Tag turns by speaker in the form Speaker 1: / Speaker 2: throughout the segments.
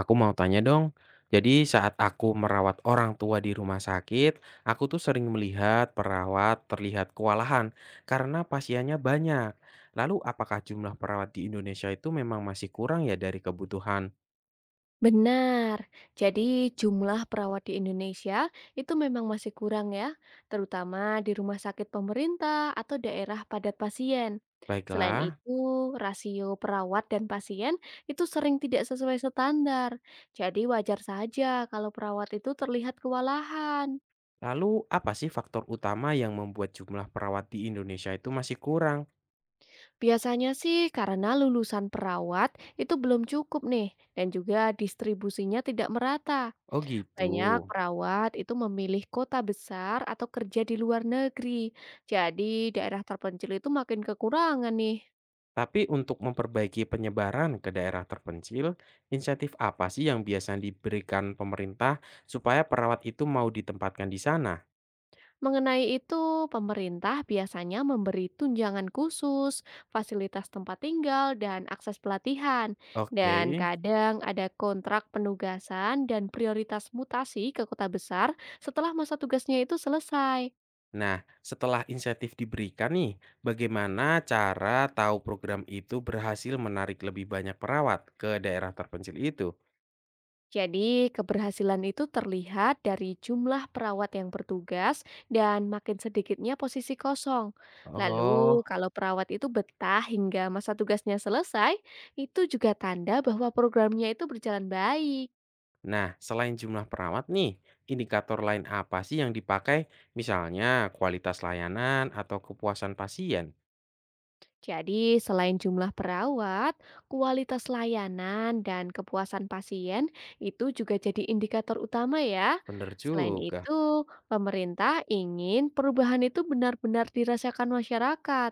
Speaker 1: Aku mau tanya dong. Jadi saat aku merawat orang tua di rumah sakit, aku tuh sering melihat perawat terlihat kewalahan karena pasiennya banyak. Lalu apakah jumlah perawat di Indonesia itu memang masih kurang ya dari kebutuhan?
Speaker 2: Benar. Jadi jumlah perawat di Indonesia itu memang masih kurang ya, terutama di rumah sakit pemerintah atau daerah padat pasien. Selain
Speaker 1: Baiklah,
Speaker 2: itu, rasio perawat dan pasien itu sering tidak sesuai standar. Jadi wajar saja kalau perawat itu terlihat kewalahan.
Speaker 1: lalu apa sih faktor utama yang membuat jumlah perawat di Indonesia itu masih kurang?
Speaker 2: Biasanya sih karena lulusan perawat itu belum cukup nih dan juga distribusinya tidak merata.
Speaker 1: Oh gitu.
Speaker 2: Banyak perawat itu memilih kota besar atau kerja di luar negeri. Jadi daerah terpencil itu makin kekurangan nih.
Speaker 1: Tapi untuk memperbaiki penyebaran ke daerah terpencil, insentif apa sih yang biasanya diberikan pemerintah supaya perawat itu mau ditempatkan di sana?
Speaker 2: Mengenai itu, pemerintah biasanya memberi tunjangan khusus, fasilitas tempat tinggal, dan akses pelatihan.
Speaker 1: Oke.
Speaker 2: Dan kadang ada kontrak penugasan dan prioritas mutasi ke kota besar setelah masa tugasnya itu selesai.
Speaker 1: Nah, setelah insentif diberikan nih, bagaimana cara tahu program itu berhasil menarik lebih banyak perawat ke daerah terpencil itu?
Speaker 2: Jadi, keberhasilan itu terlihat dari jumlah perawat yang bertugas dan makin sedikitnya posisi kosong. Lalu,
Speaker 1: Oh,
Speaker 2: kalau perawat itu betah hingga masa tugasnya selesai, itu juga tanda bahwa programnya itu berjalan baik.
Speaker 1: nah selain jumlah perawat nih, indikator lain apa sih yang dipakai? Misalnya kualitas layanan atau kepuasan pasien?
Speaker 2: Jadi, selain jumlah perawat, kualitas layanan dan kepuasan pasien itu juga jadi indikator utama ya.
Speaker 1: Bener
Speaker 2: Selain
Speaker 1: juga.
Speaker 2: itu, pemerintah ingin perubahan itu benar-benar dirasakan masyarakat.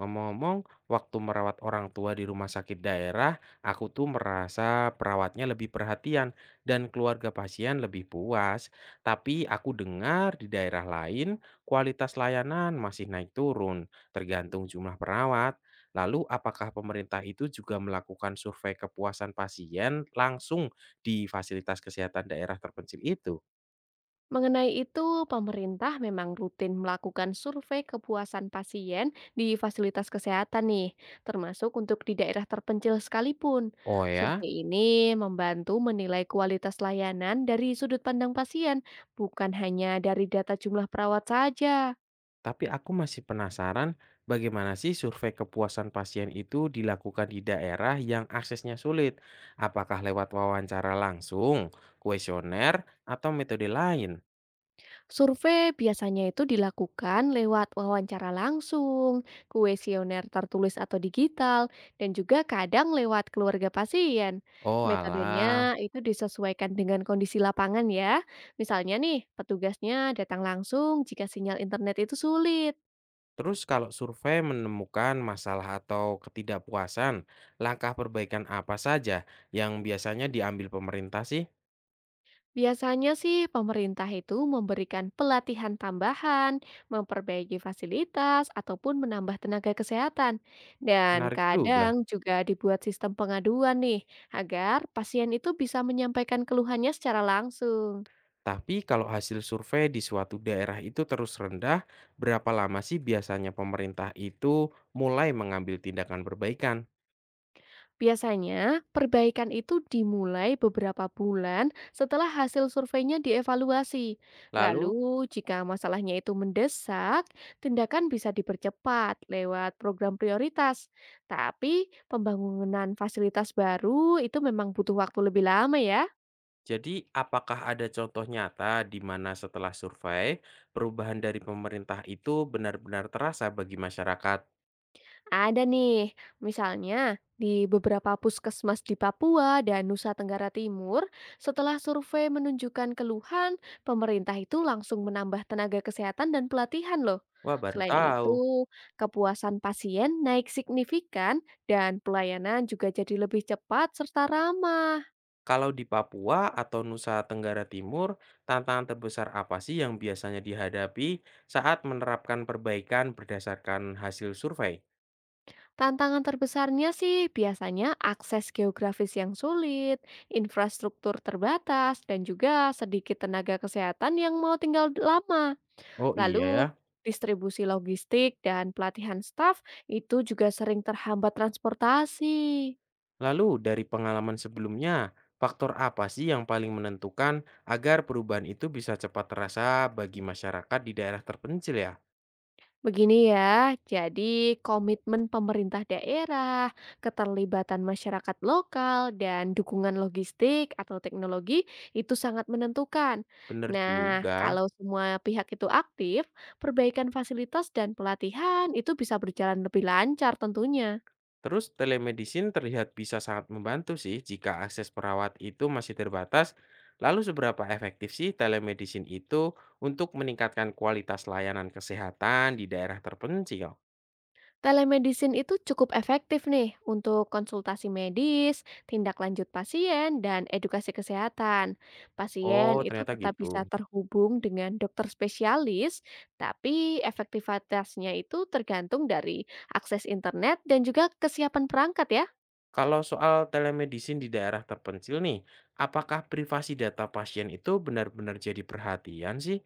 Speaker 1: Ngomong-ngomong, waktu merawat orang tua di rumah sakit daerah, aku tuh merasa perawatnya lebih perhatian dan keluarga pasien lebih puas. Tapi aku dengar di daerah lain, kualitas layanan masih naik turun, tergantung jumlah perawat. Lalu, apakah pemerintah itu juga melakukan survei kepuasan pasien langsung di fasilitas kesehatan daerah terpencil itu?
Speaker 2: Mengenai itu, pemerintah memang rutin melakukan survei kepuasan pasien di fasilitas kesehatan nih, termasuk untuk di daerah terpencil sekalipun.
Speaker 1: Oh ya?
Speaker 2: Survei ini membantu menilai kualitas layanan dari sudut pandang pasien, bukan hanya dari data jumlah perawat saja.
Speaker 1: Tapi aku masih penasaran bagaimana sih survei kepuasan pasien itu dilakukan di daerah yang aksesnya sulit? Apakah lewat wawancara langsung, kuesioner, atau metode lain?
Speaker 2: Survei biasanya itu dilakukan lewat wawancara langsung, kuesioner tertulis atau digital, dan juga kadang lewat keluarga pasien.
Speaker 1: Oh
Speaker 2: Metodenya
Speaker 1: alah.
Speaker 2: itu disesuaikan dengan kondisi lapangan ya. Misalnya nih, petugasnya datang langsung jika sinyal internet itu sulit.
Speaker 1: Terus kalau survei menemukan masalah atau ketidakpuasan, langkah perbaikan apa saja yang biasanya diambil pemerintah sih?
Speaker 2: Biasanya sih pemerintah itu memberikan pelatihan tambahan, memperbaiki fasilitas, ataupun menambah tenaga kesehatan. Dan
Speaker 1: Menarik juga.
Speaker 2: kadang juga dibuat sistem pengaduan nih, agar pasien itu bisa menyampaikan keluhannya secara langsung.
Speaker 1: Tapi kalau hasil survei di suatu daerah itu terus rendah, berapa lama sih biasanya pemerintah itu mulai mengambil tindakan perbaikan?
Speaker 2: Biasanya, perbaikan itu dimulai beberapa bulan setelah hasil surveinya dievaluasi.
Speaker 1: Lalu,
Speaker 2: Lalu, jika masalahnya itu mendesak, tindakan bisa dipercepat lewat program prioritas. Tapi, pembangunan fasilitas baru itu memang butuh waktu lebih lama ya.
Speaker 1: jadi apakah ada contoh nyata di mana setelah survei, perubahan dari pemerintah itu benar-benar terasa bagi masyarakat?
Speaker 2: Ada nih, misalnya di beberapa puskesmas di Papua dan Nusa Tenggara Timur, setelah survei menunjukkan keluhan, pemerintah itu langsung menambah tenaga kesehatan dan pelatihan loh.
Speaker 1: Wah, baru
Speaker 2: Selain
Speaker 1: tahu.
Speaker 2: itu, kepuasan pasien naik signifikan dan pelayanan juga jadi lebih cepat serta ramah.
Speaker 1: Kalau di Papua atau Nusa Tenggara Timur, tantangan terbesar apa sih yang biasanya dihadapi saat menerapkan perbaikan berdasarkan hasil survei?
Speaker 2: Tantangan terbesarnya sih biasanya akses geografis yang sulit, infrastruktur terbatas, dan juga sedikit tenaga kesehatan yang mau tinggal lama.
Speaker 1: Oh iya
Speaker 2: Lalu
Speaker 1: ya,
Speaker 2: distribusi logistik dan pelatihan staf itu juga sering terhambat transportasi.
Speaker 1: lalu dari pengalaman sebelumnya, faktor apa sih yang paling menentukan agar perubahan itu bisa cepat terasa bagi masyarakat di daerah terpencil ya?
Speaker 2: Begini ya, jadi komitmen pemerintah daerah, keterlibatan masyarakat lokal, dan dukungan logistik atau teknologi itu sangat menentukan.
Speaker 1: Bener
Speaker 2: Nah,
Speaker 1: juga.
Speaker 2: kalau semua pihak itu aktif, perbaikan fasilitas dan pelatihan itu bisa berjalan lebih lancar tentunya.
Speaker 1: Terus telemedicine terlihat bisa sangat membantu sih jika akses perawat itu masih terbatas. Lalu seberapa efektif sih telemedicine itu untuk meningkatkan kualitas layanan kesehatan di daerah terpencil?
Speaker 2: Telemedicine itu cukup efektif nih untuk konsultasi medis, tindak lanjut pasien, dan edukasi kesehatan. Pasien
Speaker 1: Oh,
Speaker 2: itu
Speaker 1: ternyata
Speaker 2: tetap
Speaker 1: gitu.
Speaker 2: bisa terhubung dengan dokter spesialis, tapi efektivitasnya itu tergantung dari akses internet dan juga kesiapan perangkat ya.
Speaker 1: Kalau soal telemedicine di daerah terpencil nih, apakah privasi data pasien itu benar-benar jadi perhatian sih?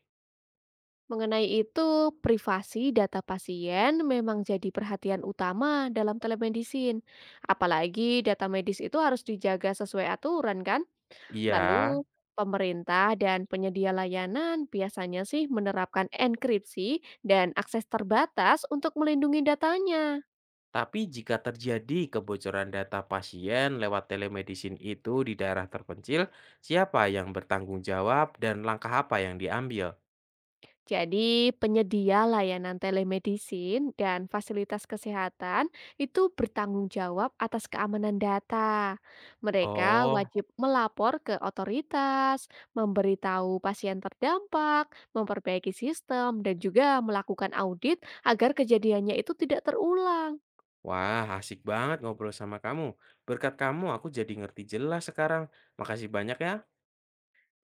Speaker 2: Mengenai itu, privasi data pasien memang jadi perhatian utama dalam telemedicine. Apalagi data medis itu harus dijaga sesuai aturan kan?
Speaker 1: Iya,
Speaker 2: Lalu, pemerintah dan penyedia layanan biasanya sih menerapkan enkripsi dan akses terbatas untuk melindungi datanya.
Speaker 1: tapi jika terjadi kebocoran data pasien lewat telemedicine itu di daerah terpencil, siapa yang bertanggung jawab dan langkah apa yang diambil?
Speaker 2: Jadi, penyedia layanan telemedicine dan fasilitas kesehatan itu bertanggung jawab atas keamanan data. Mereka
Speaker 1: Oh,
Speaker 2: wajib melapor ke otoritas, memberitahu pasien terdampak, memperbaiki sistem, dan juga melakukan audit agar kejadiannya itu tidak terulang.
Speaker 1: wah asik banget ngobrol sama kamu. Berkat kamu aku jadi ngerti jelas sekarang. Makasih banyak ya.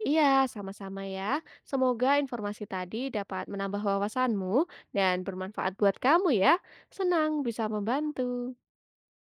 Speaker 2: Iya, sama-sama ya. Semoga informasi tadi dapat menambah wawasanmu dan bermanfaat buat kamu ya. Senang bisa membantu.